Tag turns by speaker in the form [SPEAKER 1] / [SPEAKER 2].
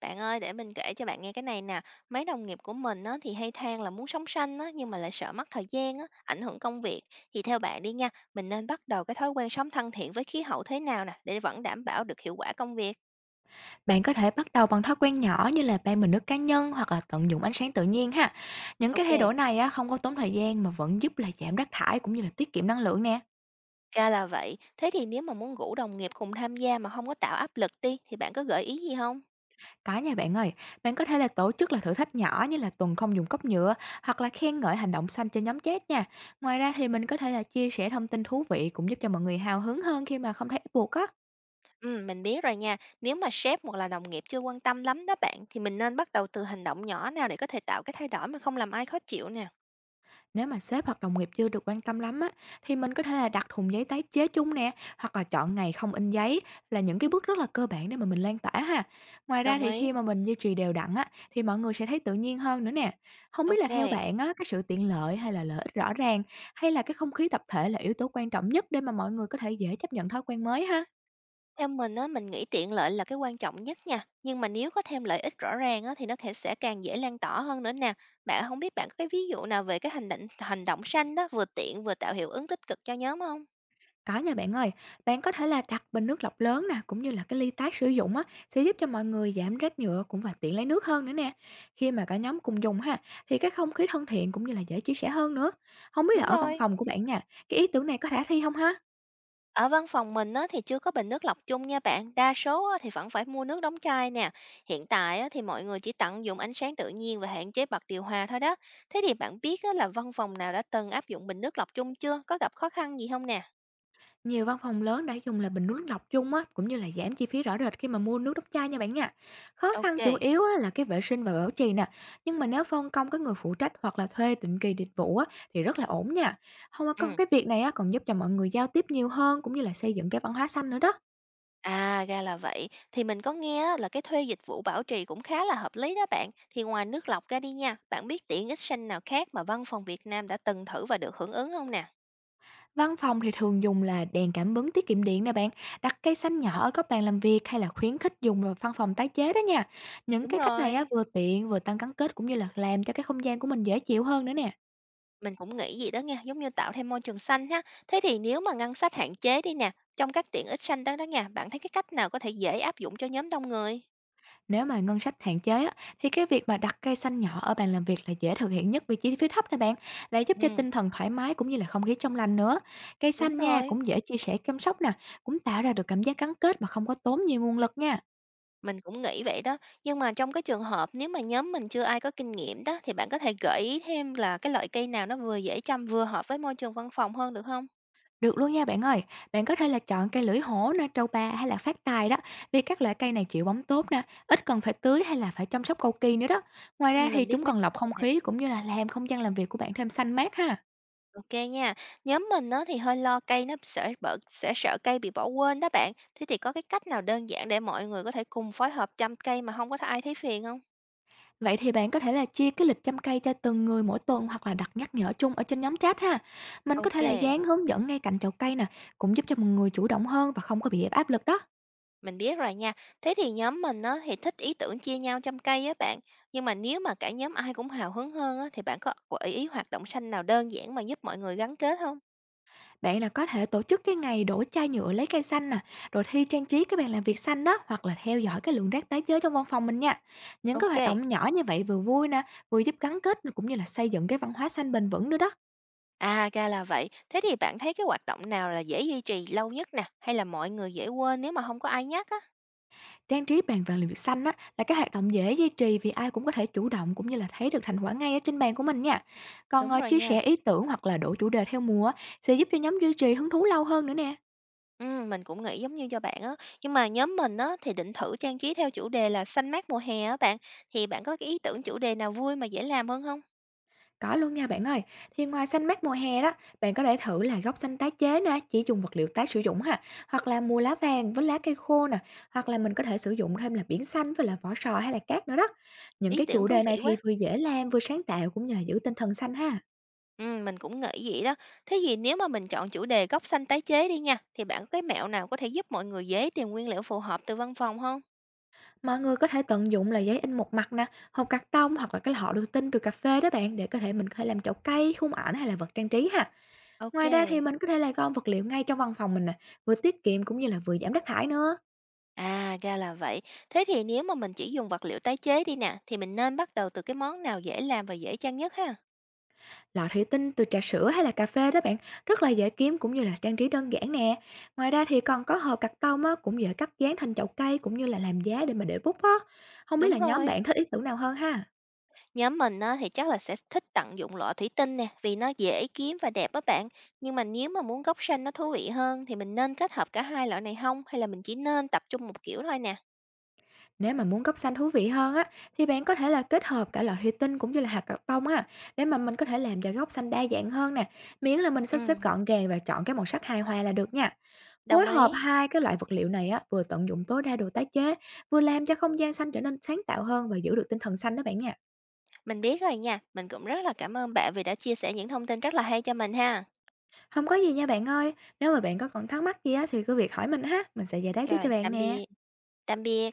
[SPEAKER 1] Bạn ơi, để mình kể cho bạn nghe cái này nè. Mấy đồng nghiệp của mình á, thì hay than là muốn sống xanh á, nhưng mà lại sợ mất thời gian á, ảnh hưởng công việc. Thì theo bạn đi nha, mình nên bắt đầu cái thói quen sống thân thiện với khí hậu thế nào nè, để vẫn đảm bảo được hiệu quả công việc.
[SPEAKER 2] Bạn có thể bắt đầu bằng thói quen nhỏ như là bay mình nước cá nhân hoặc là tận dụng ánh sáng tự nhiên ha. Những cái
[SPEAKER 1] Ok,
[SPEAKER 2] thay đổi này á, không có tốn thời gian mà vẫn giúp là giảm rác thải cũng như là tiết kiệm năng lượng nè.
[SPEAKER 1] ra là vậy. Thế thì nếu mà muốn rủ đồng nghiệp cùng tham gia mà không có tạo áp lực đi, thì bạn có gợi ý gì không?
[SPEAKER 2] Có nha bạn ơi, bạn có thể là tổ chức là thử thách nhỏ như là tuần không dùng cốc nhựa, hoặc là khen ngợi hành động xanh cho nhóm chat nha. Ngoài ra thì mình có thể là chia sẻ thông tin thú vị, cũng giúp cho mọi người hào hứng hơn khi mà không thấy ép buộc á.
[SPEAKER 1] Ừ, mình biết rồi nha. Nếu mà sếp hoặc là đồng nghiệp chưa quan tâm lắm đó bạn, thì mình nên bắt đầu từ hành động nhỏ nào để có thể tạo cái thay đổi mà không làm ai khó chịu nè.
[SPEAKER 2] Nếu mà sếp hoặc đồng nghiệp chưa được quan tâm lắm á, thì mình có thể là đặt thùng giấy tái chế chung nè, hoặc là chọn ngày không in giấy, là những cái bước rất là cơ bản để mà mình lan tỏa ha. Ngoài ra
[SPEAKER 1] Đồng
[SPEAKER 2] thì
[SPEAKER 1] ý.
[SPEAKER 2] khi mà mình duy trì đều đặn á, thì mọi người sẽ thấy tự nhiên hơn nữa nè. Không biết là
[SPEAKER 1] Ok.
[SPEAKER 2] theo bạn á, cái sự tiện lợi, hay là lợi ích rõ ràng, hay là cái không khí tập thể là yếu tố quan trọng nhất để mà mọi người có thể dễ chấp nhận thói quen mới ha?
[SPEAKER 1] Theo mình á, mình nghĩ tiện lợi là cái quan trọng nhất nha, nhưng mà nếu có thêm lợi ích rõ ràng á, thì nó thể sẽ càng dễ lan tỏa hơn nữa nè. Bạn không biết bạn có cái ví dụ nào về cái hành động xanh đó, vừa tiện vừa tạo hiệu ứng tích cực cho nhóm không?
[SPEAKER 2] Có nha bạn ơi, bạn có thể là đặt bình nước lọc lớn nè, cũng như là cái ly tái sử dụng á, sẽ giúp cho mọi người giảm rác nhựa cũng và tiện lấy nước hơn nữa nè. Khi mà cả nhóm cùng dùng ha, thì cái không khí thân thiện cũng như là dễ chia sẻ hơn nữa. Không biết là
[SPEAKER 1] Đúng
[SPEAKER 2] ở văn
[SPEAKER 1] rồi.
[SPEAKER 2] phòng của bạn nha, cái ý tưởng này có khả thi không ha?
[SPEAKER 1] Ở văn phòng mình á, thì chưa có bình nước lọc chung nha bạn, đa số á, thì vẫn phải mua nước đóng chai nè. Hiện tại á, thì mọi người chỉ tận dụng ánh sáng tự nhiên và hạn chế bật điều hòa thôi đó. Thế thì bạn biết á, là văn phòng nào đã từng áp dụng bình nước lọc chung chưa? Có gặp khó khăn gì không nè?
[SPEAKER 2] Nhiều văn phòng lớn đã dùng là bình nước lọc chung á, cũng như là giảm chi phí rõ rệt khi mà mua nước đóng chai nha bạn nha. Khó
[SPEAKER 1] Ok
[SPEAKER 2] khăn
[SPEAKER 1] kê.
[SPEAKER 2] chủ yếu á, là cái vệ sinh và bảo trì nè, nhưng mà nếu phân công cái người phụ trách hoặc là thuê định kỳ dịch vụ á, thì rất là ổn nha. Không có, cái việc này á, còn giúp cho mọi người giao tiếp nhiều hơn, cũng như là xây dựng cái văn hóa xanh nữa đó.
[SPEAKER 1] À, ra là vậy. Thì mình có nghe á, là cái thuê dịch vụ bảo trì cũng khá là hợp lý đó bạn. Thì ngoài nước lọc ra đi nha, bạn biết tiện ích xanh nào khác mà văn phòng Việt Nam đã từng thử và được hưởng ứng không nè?
[SPEAKER 2] Văn phòng thì thường dùng là đèn cảm ứng tiết kiệm điện nè bạn, đặt cây xanh nhỏ ở các bàn làm việc, hay là khuyến khích dùng vào văn phòng tái chế đó nha. Những
[SPEAKER 1] Đúng
[SPEAKER 2] cái cách này á,
[SPEAKER 1] rồi.
[SPEAKER 2] vừa tiện vừa tăng gắn kết, cũng như là làm cho cái không gian của mình dễ chịu hơn nữa nè.
[SPEAKER 1] Mình cũng nghĩ gì đó nha, giống như tạo thêm môi trường xanh ha. Thế thì nếu mà ngân sách hạn chế đi nè, trong các tiện ích xanh đó đó nha, bạn thấy cái cách nào có thể dễ áp dụng cho nhóm đông người?
[SPEAKER 2] Nếu mà ngân sách hạn chế á, thì cái việc mà đặt cây xanh nhỏ ở bàn làm việc là dễ thực hiện nhất vì chi phí thấp nè bạn, lại giúp cho
[SPEAKER 1] Ừ,
[SPEAKER 2] tinh thần thoải mái, cũng như là không khí trong lành nữa. Cây
[SPEAKER 1] đúng
[SPEAKER 2] xanh nha
[SPEAKER 1] rồi.
[SPEAKER 2] cũng dễ chia sẻ chăm sóc nè, cũng tạo ra được cảm giác gắn kết mà không có tốn nhiều nguồn lực nha.
[SPEAKER 1] Mình cũng nghĩ vậy đó, nhưng mà trong cái trường hợp nếu mà nhóm mình chưa ai có kinh nghiệm đó, thì bạn có thể gợi ý thêm là cái loại cây nào nó vừa dễ chăm vừa hợp với môi trường văn phòng hơn được không?
[SPEAKER 2] Được luôn nha bạn ơi, bạn có thể là chọn cây lưỡi hổ nè, trầu bà, hay là phát tài đó, vì các loại cây này chịu bóng tốt nè, ít cần phải tưới hay là phải chăm sóc cầu kỳ nữa đó. Ngoài ra thì
[SPEAKER 1] Mình
[SPEAKER 2] chúng
[SPEAKER 1] biết mấy
[SPEAKER 2] còn lọc
[SPEAKER 1] cây
[SPEAKER 2] không
[SPEAKER 1] này.
[SPEAKER 2] khí, cũng như là làm không gian làm việc của bạn thêm xanh mát ha.
[SPEAKER 1] Ô nha. Nhóm mình nó thì hơi lo cây nó sẽ bở sẽ sợ cây bị bỏ quên đó bạn. Thế thì có cái cách nào đơn giản để mọi người có thể cùng phối hợp chăm cây mà không có ai thấy phiền không?
[SPEAKER 2] Vậy thì bạn có thể là chia cái lịch chăm cây cho từng người mỗi tuần, hoặc là đặt nhắc nhở chung ở trên nhóm chat ha. Mình có thể
[SPEAKER 1] Ok.
[SPEAKER 2] là dán hướng dẫn ngay cạnh chậu cây nè, cũng giúp cho mọi người chủ động hơn và không có bị áp lực đó.
[SPEAKER 1] Mình biết rồi nha. Thế thì nhóm mình á, thì thích ý tưởng chia nhau chăm cây á bạn. Nhưng mà nếu mà cả nhóm ai cũng hào hứng hơn á, thì bạn có gợi ý hoạt động xanh nào đơn giản mà giúp mọi người gắn kết không?
[SPEAKER 2] Bạn là có thể tổ chức cái ngày đổ chai nhựa lấy cây xanh nè, rồi thi trang trí cái bàn làm việc xanh đó, hoặc là theo dõi cái lượng rác tái chế trong văn phòng mình nha. Những cái
[SPEAKER 1] Ok.
[SPEAKER 2] hoạt động nhỏ như vậy vừa vui nè, vừa giúp gắn kết, cũng như là xây dựng cái văn hóa xanh bền vững nữa đó.
[SPEAKER 1] À, ra là vậy. Thế thì bạn thấy cái hoạt động nào là dễ duy trì lâu nhất nè? Hay là mọi người dễ quên nếu mà không có ai nhắc á?
[SPEAKER 2] Trang trí bàn vàng làm việc xanh á, là cái hoạt động dễ duy trì vì ai cũng có thể chủ động, cũng như là thấy được thành quả ngay ở trên bàn của mình nha. Còn
[SPEAKER 1] Đúng rồi
[SPEAKER 2] chia
[SPEAKER 1] nha.
[SPEAKER 2] sẻ ý tưởng hoặc là đổi chủ đề theo mùa á, sẽ giúp cho nhóm duy trì hứng thú lâu hơn nữa nè.
[SPEAKER 1] Ừ, mình cũng nghĩ giống như cho bạn á. Nhưng mà nhóm mình á, thì định thử trang trí theo chủ đề là xanh mát mùa hè á bạn. Thì bạn có cái ý tưởng chủ đề nào vui mà dễ làm hơn không?
[SPEAKER 2] Có luôn nha bạn ơi. Thì ngoài xanh mát mùa hè đó, bạn có thể thử là góc xanh tái chế nè, chỉ dùng vật liệu tái sử dụng ha, hoặc là mùa lá vàng với lá cây khô nè, hoặc là mình có thể sử dụng thêm là biển xanh với là vỏ sò hay là cát nữa đó. Những
[SPEAKER 1] Ý
[SPEAKER 2] cái chủ
[SPEAKER 1] tưởng thú
[SPEAKER 2] đề này
[SPEAKER 1] vị
[SPEAKER 2] thì
[SPEAKER 1] quá.
[SPEAKER 2] vừa dễ làm vừa sáng tạo, cũng như là giữ tinh thần xanh ha.
[SPEAKER 1] Mình cũng nghĩ vậy đó. Thế thì nếu mà mình chọn chủ đề gốc xanh tái chế đi nha, thì bạn có cái mẹo nào có thể giúp mọi người dễ tìm nguyên liệu phù hợp từ văn phòng không?
[SPEAKER 2] Mọi người có thể tận dụng là giấy in một mặt nè, hộp cạc tông, hoặc là cái lọ đồ tinh từ cà phê đó bạn, để có thể mình có thể làm chậu cây, khung ảnh hay là vật trang trí ha.
[SPEAKER 1] Ok.
[SPEAKER 2] Ngoài ra thì mình có thể là gom vật liệu ngay trong văn phòng mình nè, vừa tiết kiệm cũng như là vừa giảm rác thải nữa.
[SPEAKER 1] À, ra là vậy. Thế thì nếu mà mình chỉ dùng vật liệu tái chế đi nè, thì mình nên bắt đầu từ cái món nào dễ làm và dễ trang nhất ha?
[SPEAKER 2] Lọ thủy tinh từ trà sữa hay là cà phê đó bạn, rất là dễ kiếm, cũng như là trang trí đơn giản nè. Ngoài ra thì còn có hộp cạc tông á, cũng dễ cắt dán thành chậu cây, cũng như là làm giá để mà để bút á. Không biết
[SPEAKER 1] Đúng
[SPEAKER 2] là nhóm
[SPEAKER 1] rồi.
[SPEAKER 2] bạn thích ý tưởng nào hơn ha?
[SPEAKER 1] Nhóm mình á, thì chắc là sẽ thích tận dụng lọ thủy tinh nè, vì nó dễ kiếm và đẹp á bạn. Nhưng mà nếu mà muốn gốc xanh nó thú vị hơn, thì mình nên kết hợp cả hai loại này không? Hay là mình chỉ nên tập trung một kiểu thôi nè?
[SPEAKER 2] Nếu mà muốn cốc xanh thú vị hơn á, thì bạn có thể là kết hợp cả lọ thủy tinh, cũng như là hạt cạc tông á, để mà mình có thể làm cho góc xanh đa dạng hơn nè, miễn là mình
[SPEAKER 1] Ừ,
[SPEAKER 2] sắp xếp gọn gàng và chọn cái màu sắc hài hòa là được nha. Phối
[SPEAKER 1] đồng
[SPEAKER 2] hợp
[SPEAKER 1] ý.
[SPEAKER 2] hai cái loại vật liệu này á, vừa tận dụng tối đa đồ tái chế, vừa làm cho không gian xanh trở nên sáng tạo hơn và giữ được tinh thần xanh đó bạn nha.
[SPEAKER 1] Mình biết rồi nha, mình cũng rất là cảm ơn bạn vì đã chia sẻ những thông tin rất là hay cho mình ha.
[SPEAKER 2] Không có gì nha bạn ơi, nếu mà bạn có còn thắc mắc gì á thì cứ việc hỏi mình ha, mình sẽ giải đáp giúp cho
[SPEAKER 1] Rồi,
[SPEAKER 2] bạn
[SPEAKER 1] tạm
[SPEAKER 2] nè.
[SPEAKER 1] biệt, tạm biệt.